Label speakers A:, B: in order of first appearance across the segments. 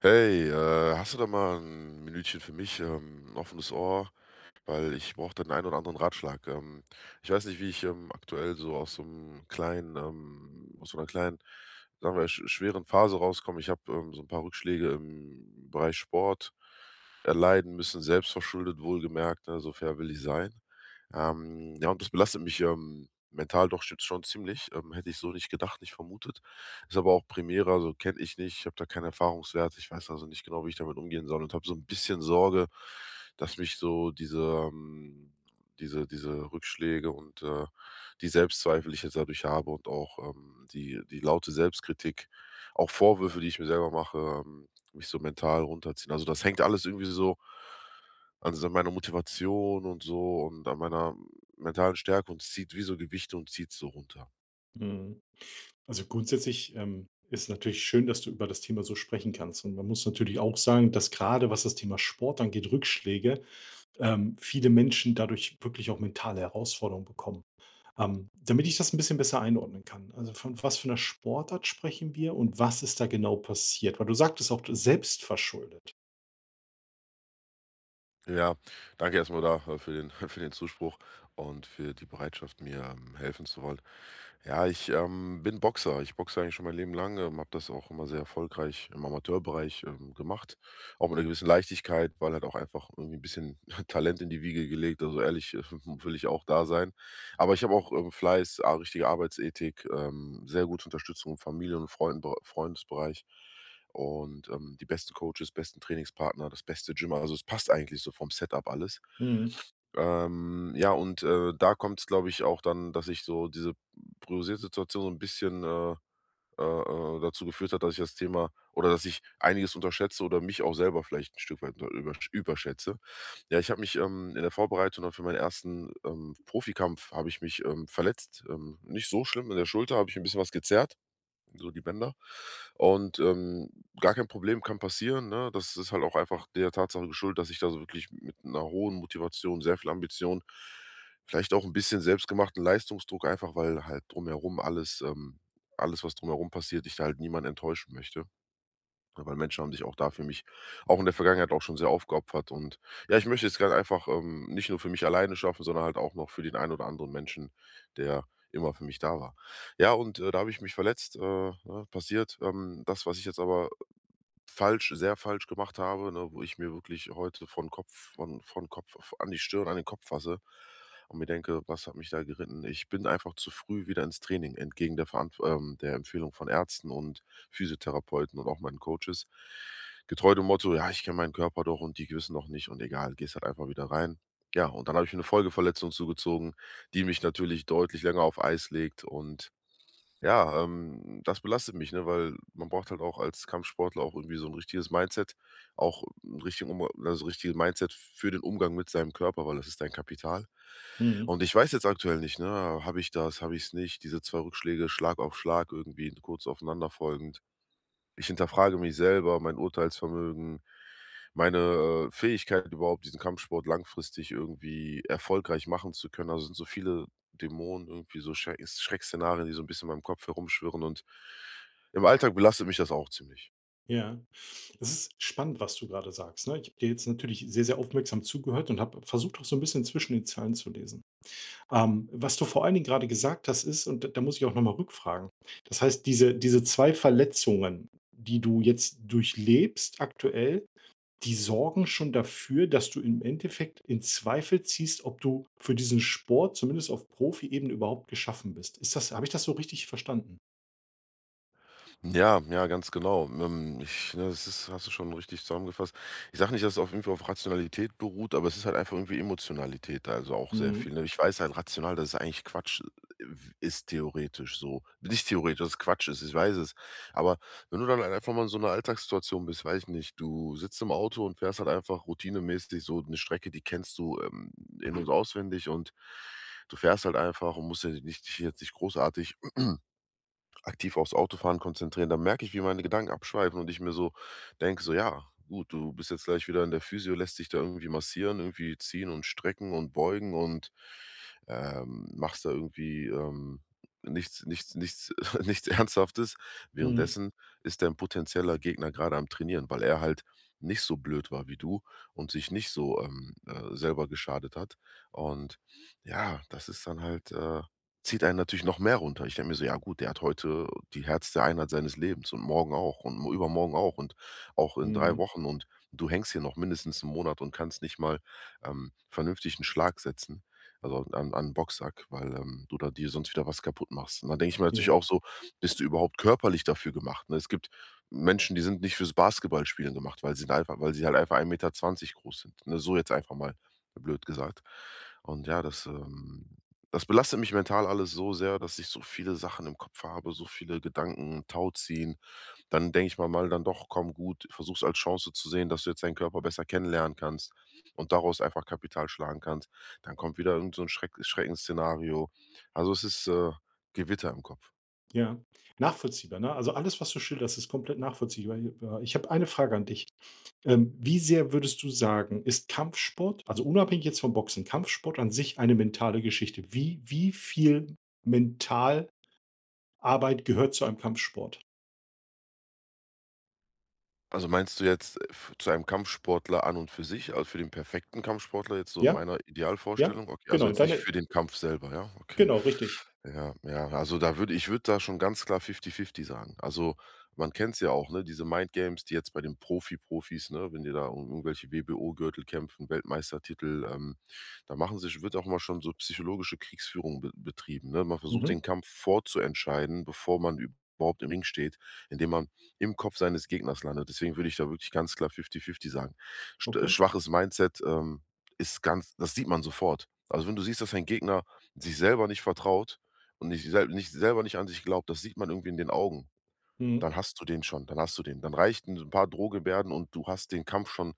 A: Hey, hast du da mal ein Minütchen für mich, 'n offenes Ohr, weil ich brauche da den einen oder anderen Ratschlag. Ich weiß nicht, wie ich, aktuell so aus so 'nem kleinen, aus so 'ner kleinen, sagen wir, schweren Phase rauskomme. Ich habe, so ein paar Rückschläge im Bereich Sport erleiden müssen, selbstverschuldet wohlgemerkt, ne, so fair will ich sein. Ja, und das belastet mich, mental doch jetzt schon ziemlich, hätte ich so nicht gedacht, nicht vermutet. Ist aber auch Primera, so kenne ich nicht. Ich habe da keinen Erfahrungswert. Ich weiß also nicht genau, wie ich damit umgehen soll und habe so ein bisschen Sorge, dass mich so diese Rückschläge und, die Selbstzweifel, die ich jetzt dadurch habe und auch, die laute Selbstkritik, auch Vorwürfe, die ich mir selber mache, mich so mental runterziehen. Also, das hängt alles irgendwie so an so meiner Motivation und so und an meiner mentalen Stärke und zieht wie so Gewichte und zieht so runter.
B: Mhm. Also, grundsätzlich, ist natürlich schön, dass du über das Thema so sprechen kannst. Und man muss natürlich auch sagen, dass gerade was das Thema Sport angeht, Rückschläge, viele Menschen dadurch wirklich auch mentale Herausforderungen bekommen. Damit ich das ein bisschen besser einordnen kann, also, von was für einer Sportart sprechen wir und was ist da genau passiert? Weil du sagtest auch selbstverschuldet.
A: Ja, danke erstmal da, für den für den Zuspruch und für die Bereitschaft, mir, helfen zu wollen. Ja, ich, bin Boxer. Ich boxe eigentlich schon mein Leben lang, habe das auch immer sehr erfolgreich im Amateurbereich, gemacht. Auch mit 'ner gewissen Leichtigkeit, weil halt auch einfach irgendwie ein bisschen Talent in die Wiege gelegt. Also, ehrlich, will ich auch da sein. Aber ich habe auch, Fleiß, a richtige Arbeitsethik, sehr gute Unterstützung im Familien und Freundenbere Freundesbereich und, die besten Coaches, besten Trainingspartner, das beste Gym. Also, es passt eigentlich so vom Setup alles.
B: Mhm,
A: Ja, und, da kommt's, glaube ich, auch dann, dass ich so diese priorisierte Situation so ein bisschen, dazu geführt hat, dass ich das Thema oder dass ich einiges unterschätze oder mich auch selber vielleicht ein Stück weit unter übersch überschätze. Ja, ich habe mich, in der Vorbereitung dann für meinen ersten, Profikampf habe ich mich, verletzt. Nicht so schlimm in der Schulter, habe ich ein bisschen was gezerrt so die Bänder. Und, gar kein Problem, kann passieren, ne? Das ist halt auch einfach der Tatsache geschuldet, dass ich da so wirklich mit einer hohen Motivation, sehr viel Ambition, vielleicht auch ein bisschen selbstgemachten Leistungsdruck, einfach weil halt drumherum alles, was drumherum passiert, ich da halt niemanden enttäuschen möchte. Ja, weil Menschen haben sich auch da für mich auch in der Vergangenheit auch schon sehr aufgeopfert und ja, ich möchte es gern einfach, nicht nur für mich alleine schaffen, sondern halt auch noch für den einen oder anderen Menschen, der immer für mich da war. Ja, und, da habe ich mich verletzt, ne, passiert. Das, was ich jetzt aber falsch sehr falsch gemacht habe, ne, wo ich mir wirklich heute von Kopf f an die Stirn, an den Kopf fasse und mir denke: „Was hat mich da geritten?“ Ich bin einfach zu früh wieder ins Training entgegen der Verantw der Empfehlung von Ärzten und Physiotherapeuten und auch meinen Coaches. Getreu dem Motto: „Ja, ich kenne meinen Körper doch und die wissen doch nicht und egal, gehst halt einfach wieder rein.“ Ja, und dann habe ich mir 'ne Folgeverletzung zugezogen, die mich natürlich deutlich länger auf Eis legt und ja, das belastet mich, ne, weil man braucht halt auch als Kampfsportler auch irgendwie so ein richtiges Mindset, auch ein richtigen Umga also, richtiges Mindset für den Umgang mit seinem Körper, weil das ist dein Kapital.
B: mhm,
A: Und ich weiß jetzt aktuell nicht, ne, habe ich das, habe ich es nicht? Diese 2 Rückschläge Schlag auf Schlag irgendwie kurz aufeinander folgend. Ich hinterfrage mich selber, mein Urteilsvermögen, meine, Fähigkeit überhaupt, diesen Kampfsport langfristig irgendwie erfolgreich machen zu können. Also, sind so viele Dämonen irgendwie so Schreckszenarien, die so ein bisschen in meinem Kopf herumschwirren und im Alltag belastet mich das auch ziemlich.
B: ja. Es ist spannend, was du gerade sagst, ne? Ich habe dir jetzt natürlich sehr, sehr aufmerksam zugehört und habe versucht, auch so ein bisschen zwischen den Zeilen zu lesen. Was du vor allen Dingen gerade gesagt hast, ist, und da muss ich auch noch mal rückfragen. Das heißt, diese 2 Verletzungen, die du jetzt durchlebst aktuell, die sorgen schon dafür, dass du im Endeffekt in Zweifel ziehst, ob du für diesen Sport zumindest auf Profiebene überhaupt geschaffen bist. Ist das, habe ich das so richtig verstanden?
A: Ja, ja, ganz genau. Ich ne, das ist hast du schon richtig zusammengefasst. Ich sage nicht, dass es auf irgendwie auf Rationalität beruht, aber es ist halt einfach irgendwie Emotionalität, da, also auch sehr
B: Mhm.
A: viel, ne? Ich weiß halt rational, dass es eigentlich Quatsch, äh, ist theoretisch so. Nicht theoretisch, dass es Quatsch ist, ich weiß es. Aber wenn du dann halt einfach mal in so 'ner Alltagssituation bist, weiß ich nicht, du sitzt im Auto und fährst halt einfach routinemäßig so eine Strecke, die kennst du, in und auswendig und du fährst halt einfach und musst ja nicht dich jetzt nicht großartig aktiv aufs Autofahren konzentrieren, dann merke ich, wie meine Gedanken abschweifen und ich mir so denke, so ja, gut, du bist jetzt gleich wieder in der Physio, lässt dich da irgendwie massieren, irgendwie ziehen und strecken und beugen und machst da nichts, nichts, nichts, nichts Ernsthaftes.
B: Mhm.
A: Währenddessen ist dein potenzieller Gegner gerade am Trainieren, weil er halt nicht so blöd war wie du und sich nicht so selber geschadet hat. Und ja, das ist dann halt zieht einen natürlich noch mehr runter. Ich denke mir so: „Ja gut, der hat heute die härteste Einheit seines Lebens und morgen auch und m übermorgen auch und auch in 3
B: Mhm.
A: Wochen und du hängst hier noch mindestens einen Monat und kannst nicht mal, vernünftig einen Schlag setzen, also an 'n Boxsack, weil, du da dir sonst wieder was kaputt machst.“ Und dann denke ich mir natürlich
B: Ja.
A: auch so: „Bist du überhaupt körperlich dafür gemacht?“ Ne, es gibt Menschen, die sind nicht fürs Basketballspielen gemacht, weil sie einfach weil sie halt einfach ein Meter zwanzig groß sind, ne? So jetzt einfach mal blöd gesagt. Und ja, das belastet mich mental alles so sehr, dass ich so viele Sachen im Kopf habe, so viele Gedanken, Tauziehen. Dann denke ich mal, mal dann doch: „Komm, gut, versuch's als Chance zu sehen, dass du jetzt deinen Körper besser kennenlernen kannst und daraus einfach Kapital schlagen kannst.“ Dann kommt wieder irgend so ein Schreckensszenario. Also, es ist, Gewitter im Kopf.
B: Ja, nachvollziehbar, ne? Also, alles, was du schilderst, ist komplett nachvollziehbar. Ich habe eine Frage an dich. Wie sehr würdest du sagen, ist Kampfsport, also unabhängig jetzt vom Boxen, Kampfsport an sich eine mentale Geschichte? Wie viel Mentalarbeit gehört zu einem Kampfsport?
A: Also, meinst du jetzt, f zu einem Kampfsportler an und für sich, also, für den perfekten Kampfsportler jetzt so in
B: Ja?
A: meiner
B: Ja?
A: Idealvorstellung? Okay, also,
B: Genau,
A: jetzt nicht
B: deine
A: für den Kampf selber, ja? Okay.
B: genau, richtig.
A: Ja, ja, also da würde da schon ganz klar fifty-fifty sagen. Also, man kennt es ja auch, ne, diese Mindgames, die jetzt bei den Profi-Profis, ne, wenn die da um irgendwelche WBO-Gürtel kämpfen, Weltmeistertitel, da machen sich wird auch mal schon so psychologische Kriegsführung be betrieben, ne? Man versucht den
B: Mhm.
A: Kampf vorzuentscheiden, bevor man überhaupt im Ring steht, indem man im Kopf seines Gegners landet. Deswegen würde ich da wirklich ganz klar fifty-fifty sagen. St
B: Okay.
A: schwaches Mindset, ist ganz das sieht man sofort. Also, wenn du siehst, dass dein Gegner sich selber nicht vertraut und nicht selber nicht an sich glaubt, das sieht man irgendwie in den Augen.
B: Mhm.
A: Dann hast du den schon, dann hast du den. Dann reichten so 'n paar Drohgebärden und du hast den Kampf schon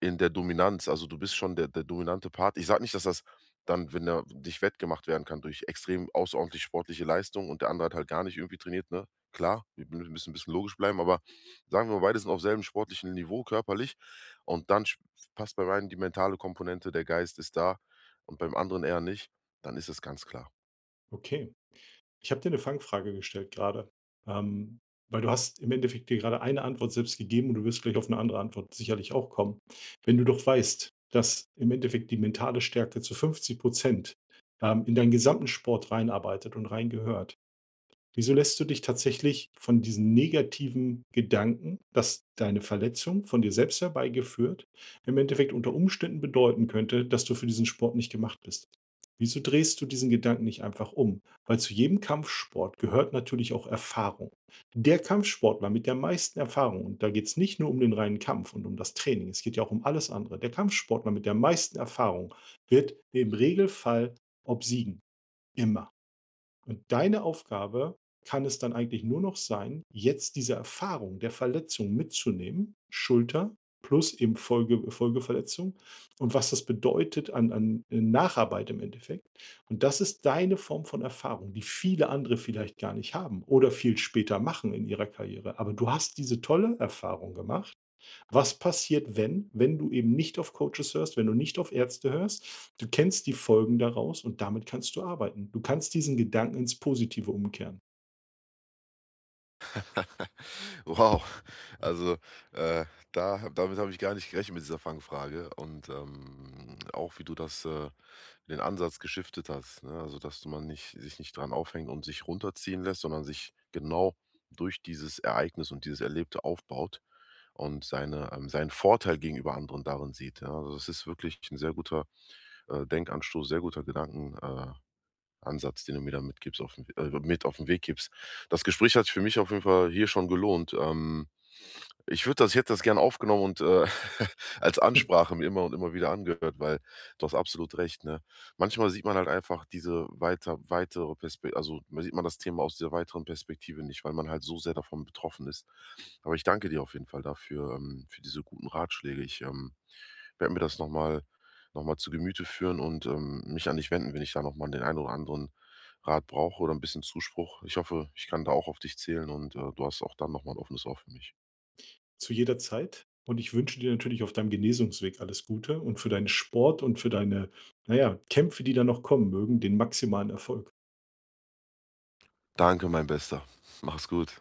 A: in der Dominanz. Also, du bist schon der dominante Part. Ich sage nicht, dass das dann, wenn er dich wettgemacht werden kann durch extrem außerordentlich sportliche Leistung und der andere hat halt gar nicht irgendwie trainiert, ne? Klar, wir mü müssen 'n bisschen logisch bleiben, aber sagen wir mal, beide sind auf selben sportlichen Niveau körperlich und dann sch passt beim einen die mentale Komponente, der Geist ist da und beim anderen eher nicht, dann ist es ganz klar.
B: Okay. Ich habe dir eine Fangfrage gestellt gerade, ähm, weil du hast im Endeffekt dir gerade eine Antwort selbst gegeben und du wirst gleich auf eine andere Antwort sicherlich auch kommen. Wenn du doch weißt, dass im Endeffekt die mentale Stärke zu 50 in deinen gesamten Sport reinarbeitet und reingehört, wieso lässt du dich tatsächlich von diesen negativen Gedanken, dass deine Verletzung von dir selbst herbeigeführt, im Endeffekt unter Umständen bedeuten könnte, dass du für diesen Sport nicht gemacht bist? Wieso drehst du diesen Gedanken nicht einfach um? Weil zu jedem Kampfsport gehört natürlich auch Erfahrung. Der Kampfsportler mit der meisten Erfahrung, und da geht es nicht nur um den reinen Kampf und um das Training, es geht ja auch um alles andere, der Kampfsportler mit der meisten Erfahrung wird im Regelfall obsiegen. Immer. Und deine Aufgabe kann es dann eigentlich nur noch sein, jetzt diese Erfahrung der Verletzung mitzunehmen, Schulter plus eben Folgeverletzung, und was das bedeutet an, an Nacharbeit im Endeffekt. Und das ist deine Form von Erfahrung, die viele andere vielleicht gar nicht haben oder viel später machen in ihrer Karriere. Aber du hast diese tolle Erfahrung gemacht, was passiert, wenn du eben nicht auf Coaches hörst, wenn du nicht auf Ärzte hörst. Du kennst die Folgen daraus und damit kannst du arbeiten. Du kannst diesen Gedanken ins Positive umkehren.
A: Wow, also, äh, da damit habe ich gar nicht gerechnet mit dieser Fangfrage und, auch wie du das, den Ansatz geschiftet hast, ne? Also, dass man nicht sich nicht dran aufhängt und sich runterziehen lässt, sondern sich genau durch dieses Ereignis und dieses Erlebte aufbaut und seine seinen Vorteil gegenüber anderen darin sieht, ja? Also, das ist wirklich ein sehr guter, Denkanstoß, sehr guter Gedanken Ansatz, den du mir da mit auf 'n Weg gibst. Das Gespräch hat sich für mich auf jeden Fall hier schon gelohnt. Ich würde das ich hätte das gern aufgenommen und, als Ansprache mir immer und immer wieder angehört, weil du hast absolut recht, ne? Manchmal sieht man halt einfach diese weiter weitere Perspektive. Also, ma sieht man das Thema aus dieser weiteren Perspektive nicht, weil man halt so sehr davon betroffen ist. Aber ich danke dir auf jeden Fall dafür für diese guten Ratschläge. Ich, werde mir das noch mal noch mal zu Gemüte führen und, mich an dich wenden, wenn ich da noch mal den einen oder anderen Rat brauche oder ein bisschen Zuspruch. Ich hoffe, ich kann da auch auf dich zählen und, du hast auch dann noch mal 'n offenes Ohr für mich.
B: Zu jeder Zeit, und ich wünsche dir natürlich auf deinem Genesungsweg alles Gute und für deinen Sport und für deine, na ja, Kämpfe, die da noch kommen mögen, den maximalen Erfolg.
A: Danke, mein Bester. Mach's gut.